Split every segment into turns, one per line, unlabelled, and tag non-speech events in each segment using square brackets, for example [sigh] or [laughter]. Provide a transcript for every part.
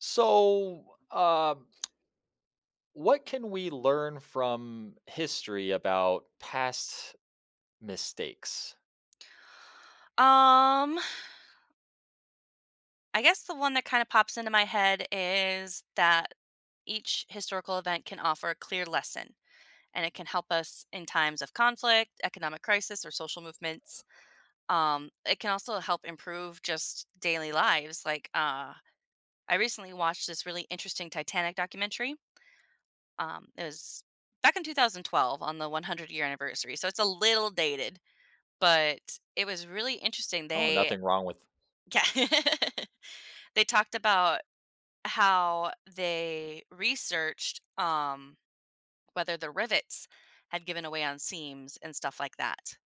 So, um, what can we learn from history about past mistakes?
Um, I guess the one that kind of pops into my head is that each historical event can offer a clear lesson and it can help us in times of conflict, economic crisis, or social movements. It can also help improve just daily lives. I recently watched this really interesting Titanic documentary. It was back in 2012 on the 100-year anniversary. So it's a little dated, but it was really interesting.
Oh,
They,
nothing wrong with.
[laughs] yeah, [laughs] they talked about how they researched whether the rivets had given away on seams and stuff like that.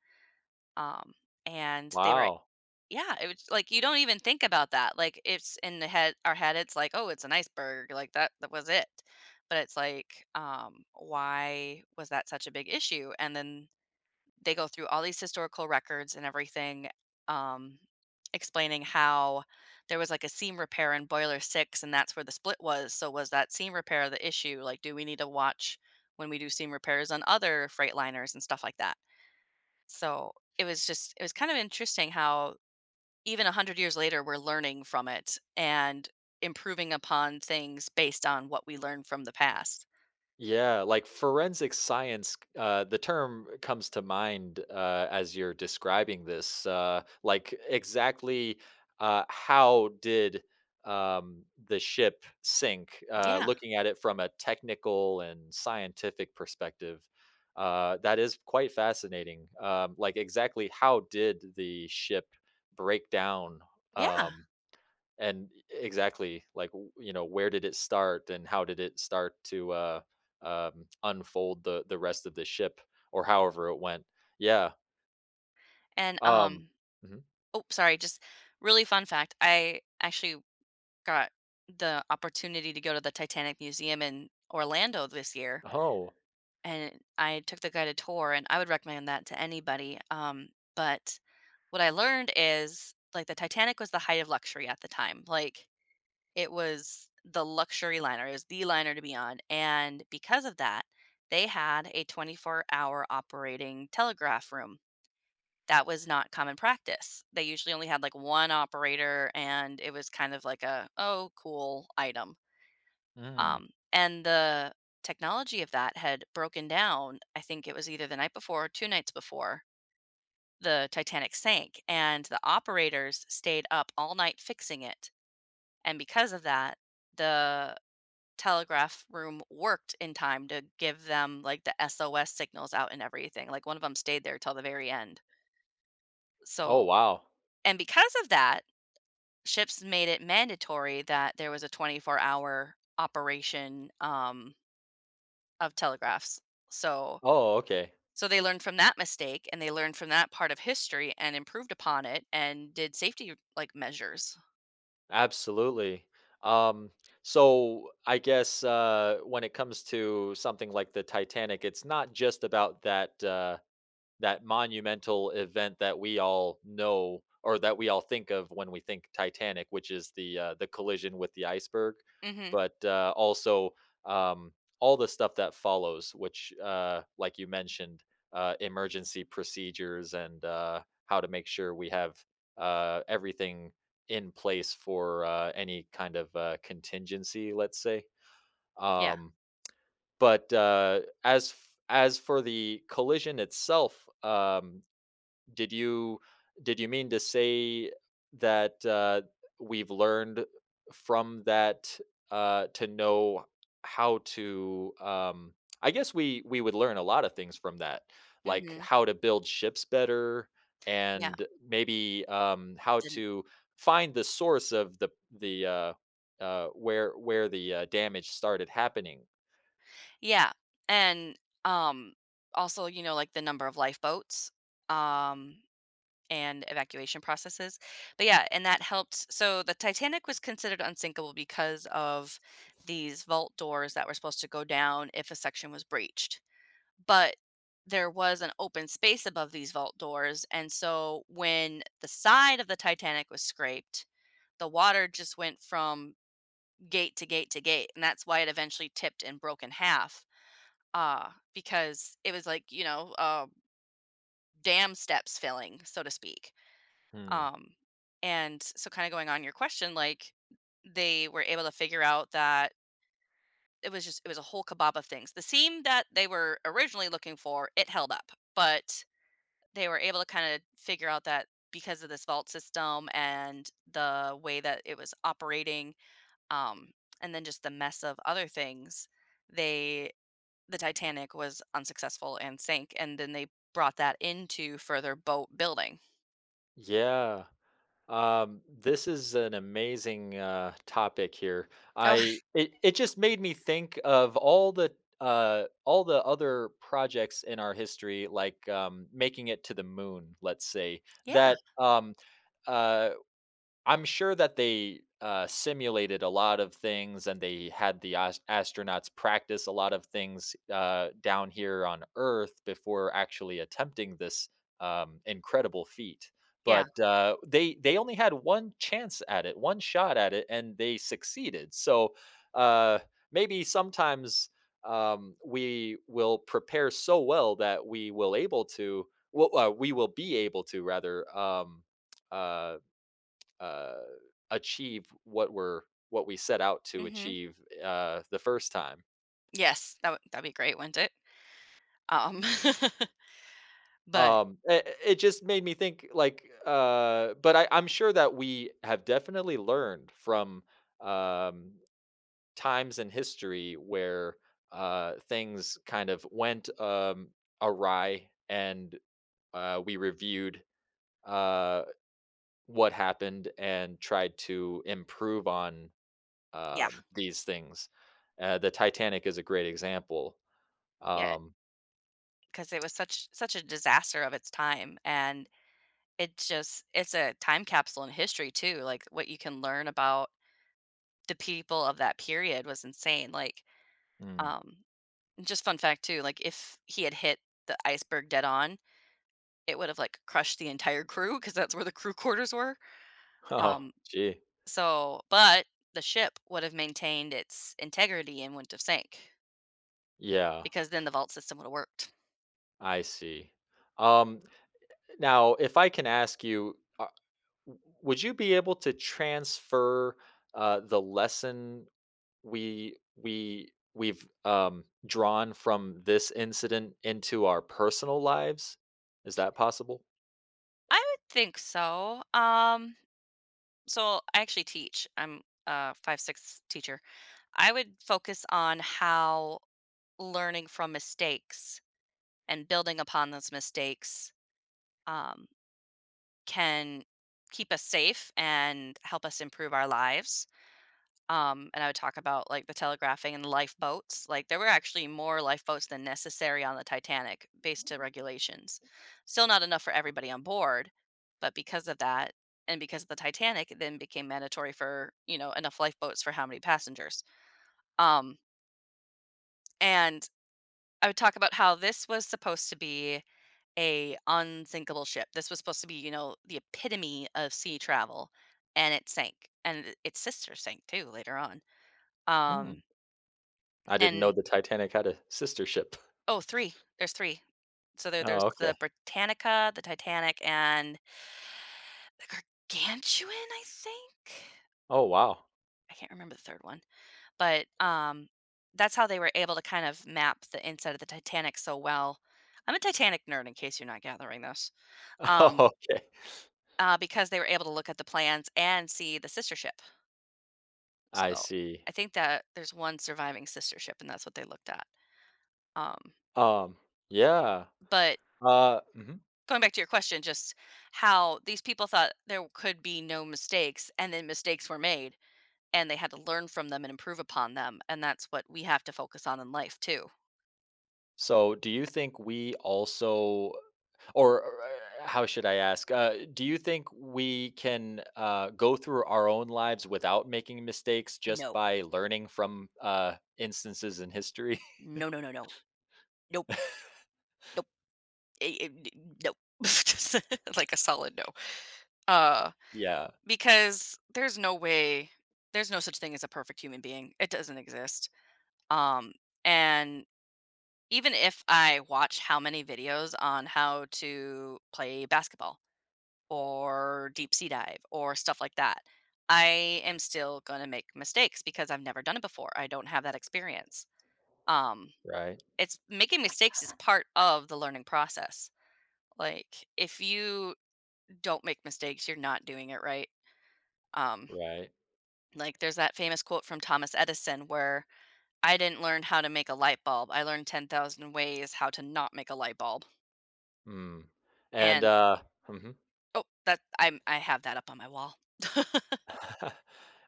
Um, and they were,
Wow.
yeah, it was like you don't even think about that. Like it's in the head, our head, it's like, oh, it's an iceberg, like that was it. But it's like, why was that such a big issue? And then they go through all these historical records and everything, um, explaining how there was like a seam repair in boiler six, and that's where the split was. So, was that seam repair the issue? Like, do we need to watch when we do seam repairs on other freight liners and stuff like that? So, it was kind of interesting how even 100 years later, we're learning from it and improving upon things based on what we learned from the past.
Yeah, like forensic science, the term comes to mind as you're describing this. Like, exactly how did the ship sink?
Yeah,
Looking at it from a technical and scientific perspective, that is quite fascinating. Like, exactly how did the ship break down?
yeah.
Um, and exactly like you know where did it start and how did it start to unfold the rest of the ship or however it went. Yeah.
And
um
um
mhm.
Oh sorry, just really fun fact. I actually got the opportunity to go to the Titanic Museum in Orlando this year,
Oh.
and I took the guided tour, and I would recommend that to anybody. But what I learned is like the Titanic was the height of luxury at the time. Like it was the luxury liner, it was the liner to be on. And because of that, they had a 24-hour operating telegraph room. That was not common practice. They usually only had like one operator, and it was kind of like a, oh, cool item
Mm.
and the technology of that had broken down. I think it was either the night before or two nights before the Titanic sank, and the operators stayed up all night fixing it. And because of that, the telegraph room worked in time to give them like the SOS signals out and everything. Like one of them stayed there till the very end.
Oh,
So,
wow.
and because of that, ships made it mandatory that there was a 24-hour operation of telegraphs. So
Oh, okay.
So they learned from that mistake and they learned from that part of history and improved upon it and did safety like measures.
Absolutely. um so I guess when it comes to something like the Titanic, it's not just about that monumental event that we all know, or that we all think of when we think Titanic, which is the collision with the iceberg,
Mhm.
but also, um, all the stuff that follows, which, like you mentioned, emergency procedures and how to make sure we have everything in place for any kind of contingency, let's say.
Yeah.
Um, but as for the collision itself, did you did you mean to say that, we've learned from that, to know how to, I guess we would learn a lot of things from that, like
Mhm.
how to build ships better
Yeah.
and maybe, how
Didn't.
to find the source of the, where the, damage started happening.
Yeah. And um Also, you know, like the number of lifeboats um and evacuation processes. But yeah, and that helped so the Titanic was considered unsinkable because of these vault doors that were supposed to go down if a section was breached. But there was an open space above these vault doors, and so when the side of the Titanic was scraped, the water just went from gate to gate to gate, and that's why it eventually tipped and broke in half, because it was like, dam steps filling, so to speak.
Hmm.
Um, and so kind of going on your question, like they were able to figure out that it was a whole kebab of things. The seam that they were originally looking for, it held up, but they were able to kind of figure out that because of this vault system and the way that it was operating, um, and then just the mess of other things, they the Titanic was unsuccessful and sank, and then they brought that into further boat building.
Yeah. This is an amazing topic here.
Oh,
I it it just made me think of all the other projects in our history, like making it to the moon, let's say,
[laughs] yeah,
that uh I'm sure that they, simulated a lot of things and they had the as astronauts practice a lot of things, down here on Earth before actually attempting this, incredible feat.
yeah,
But, they only had 1 chance at it, 1 shot at it, and they succeeded. So, uh, maybe sometimes, we will prepare so well that we will able to well, we will be able to rather, uh uh, achieve what we set out to
mhm.
achieve the first time.
Yes, that would that'd be great, wouldn't it? Um, [laughs] but
It just made me think like, but I'm sure that we have definitely learned from um, times in history where things kind of went awry and we reviewed uh, what happened and tried to improve on
yeah,
these things. The Titanic is a great example.
yeah,
Um,
because it was such a disaster of its time, and it's a time capsule in history too, like what you can learn about the people of that period was insane, like,
mm,
um just fun fact too, like, if he had hit the iceberg dead on, it would have, like, crushed the entire crew because that's where the crew [laughs] quarters were,
[laughs] oh,
um,
gee,
so but the ship would have maintained its integrity and wouldn't have sank
yeah,
because then the vault system would have worked.
I see. Um, now, if I can ask you, would you be able to transfer the lesson we've drawn from this incident into our personal lives? Is that possible?
I would think so, so I actually teach, I'm a 5/6 teacher. I would focus on how learning from mistakes and building upon those mistakes um, can keep us safe and help us improve our lives. And I would talk about like the telegraphing and lifeboats. Like there were actually more lifeboats than necessary on the Titanic based to regulations. Still not enough for everybody on board, but because of that and because of the Titanic, it then became mandatory for, you know, enough lifeboats for how many passengers. Um, and I would talk about how this was supposed to be a unsinkable ship. This was supposed to be, you know, the epitome of sea travel, and it sank, and its sister sank too later on.
Hmm.
Um,
I didn't know
and
the Titanic had a sister ship. [laughs]
Oh, three. There's three. There's
Oh, okay.
the Britannica, the Titanic, and the Gargantuan. I think
Oh, wow.
I can't remember the third one, but that's how they were able to kind of map the inside of the Titanic so well. I'm a Titanic nerd, in case you're not gathering this.
[laughs] Oh,
Um,
okay.
because they were able to look at the plans and see the sister ship.
I
So,
see.
I think that there's one surviving sistership, and that's what they looked at. Um,
Um, yeah.
but
Mhm.
going back to your question, just how these people thought there could be no mistakes, and then mistakes were made, and they had to learn from them and improve upon them, and that's what we have to focus on in life too.
So, do you think we also, or how should I ask? Do you think we can go through our own lives without making mistakes just
No,
by learning from instances in history?
no, no, no, no, nope,
[laughs]
nope, eh, eh, n- nope. [laughs] Just [laughs] like a solid no. Uh,
Yeah.
because there's no way, there's no such thing as a perfect human being. It doesn't exist. Um, and Even if I watch how many videos on how to play basketball or deep sea dive or stuff like that, I am still gonna make mistakes because I've never done it before. I don't have that experience. Um,
Right.
it's making mistakes is part of the learning process. Like if you don't make mistakes, you're not doing it right. Um,
Right.
like there's that famous quote from Thomas Edison where I didn't learn how to make a light bulb. I learned 10,000 ways how to not make a light bulb.
Mm. And
And
mhm.
Oh, that I'm I have that up on my wall. [laughs]
[laughs]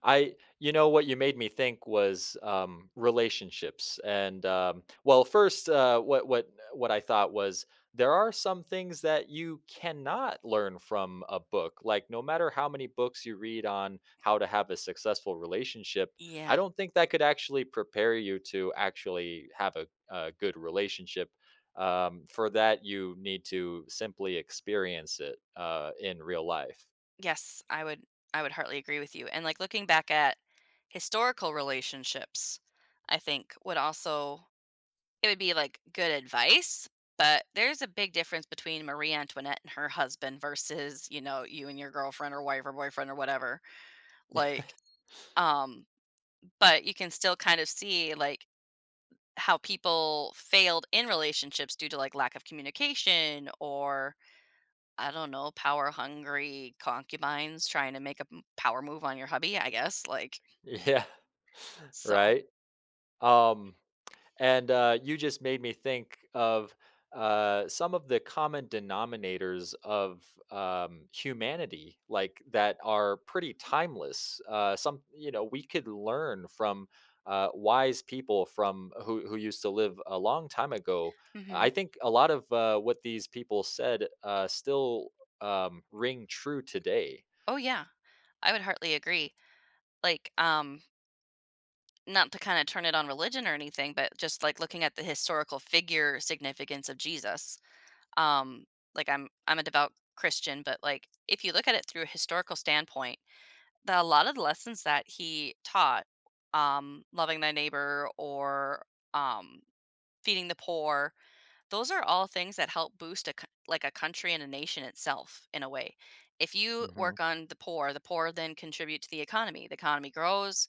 I, you know, what you made me think was, relationships, and, well, first, what I thought was, there are some things that you cannot learn from a book, like, no matter how many books you read on how to have a successful relationship, I
Yeah.
don't think that could actually prepare you to actually have a good relationship. For that, you need to simply experience it, in real life.
Yes, I would heartily agree with you, and, like, looking back at historical relationships, I think would also it would be, like, good advice, but there's a big difference between Marie Antoinette and her husband versus, you know, you and your girlfriend or wife or boyfriend or whatever, like,
[laughs]
um, but you can still kind of see, like, how people failed in relationships due to, like, lack of communication or I don't know, power hungry concubines trying to make a power move on your hubby, I guess. Like,
Yeah. [laughs]
so,
Right? Um, and, you just made me think of, some of the common denominators of, humanity, like, that are pretty timeless. Some, you know, we could learn from, wise people from who used to live a long time ago.
hmm
I think a lot of, what these people said, still, ring true today.
oh, yeah, I would heartily agree. Like, um, Not to kind of turn it on religion or anything, but just like looking at the historical figure significance of Jesus. Um, like I'm a devout Christian, but like if you look at it through a historical standpoint, a lot of the lessons that he taught, loving thy neighbor or um, feeding the poor, those are all things that help boost a c like, a country and a nation itself in a way. If you
Mhm.
work on the poor then contribute to the economy. The economy grows,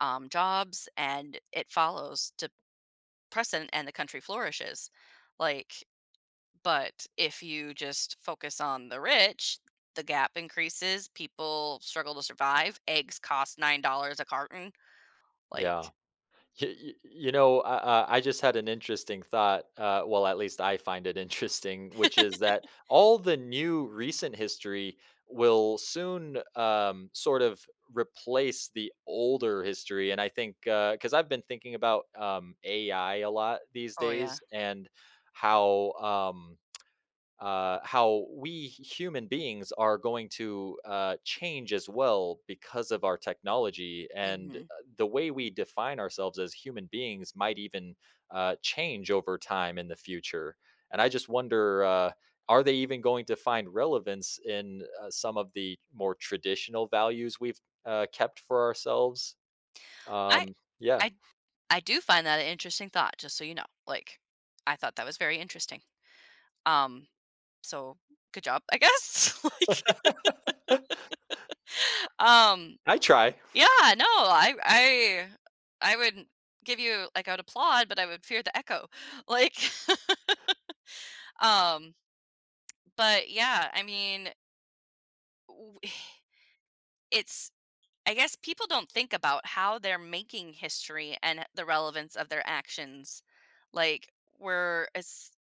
jobs, and it follows to precedent, and the country flourishes. Like, but if you just focus on the rich, the gap increases, people struggle to survive, eggs cost $9 a carton,
Yeah.
like
You know, I just had an interesting thought. Well, at least I find it [laughs] interesting, which is that all the new recent history will soon sort of replace the older history. And I think because I've been thinking about AI a lot these
oh, yeah.
days and how. How we human beings are going to change as well because of our technology and
Mhm.
the way we define ourselves as human beings might even change over time in the future, and I just wonder are they even going to find relevance in some of the more traditional values we've kept for ourselves.
I
um, yeah.
I I do find that an interesting thought, just so you know. Like, I thought that was very interesting. Um, so good job, I guess. [laughs] Like,
[laughs]
um,
I try.
yeah, no, I would give you like I would applaud, but I would fear the echo. [laughs] Like, um, but yeah, I mean, w- [sighs] it's I guess people don't think about how they're making history and the relevance of their actions. Like, we're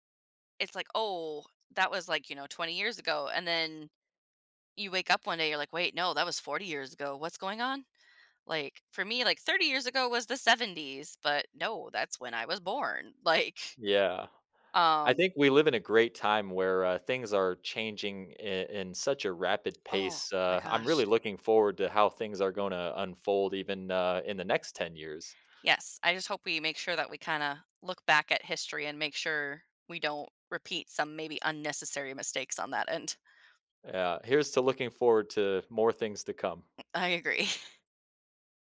it's like, "Oh, that was, like, you know, 20 years ago," and then you wake up one day, you're like, "Wait, no, that was 40 years ago. What's going on?" Like, for me, like, 30 years ago was the 70s, but no, that's when I was born, [laughs] like,
Yeah, I
um
think we live in a great time where, things are changing I in such a rapid
oh
pace.
my
Uh, I'm
gosh.
really looking forward to how things are gonna unfold even, in the next 10 years.
Yes, I just hope we make sure that we kinda look back at history and make sure we don't repeat some maybe unnecessary mistakes on that end.
Yeah, here's to looking forward to more things to come.
[laughs] I agree.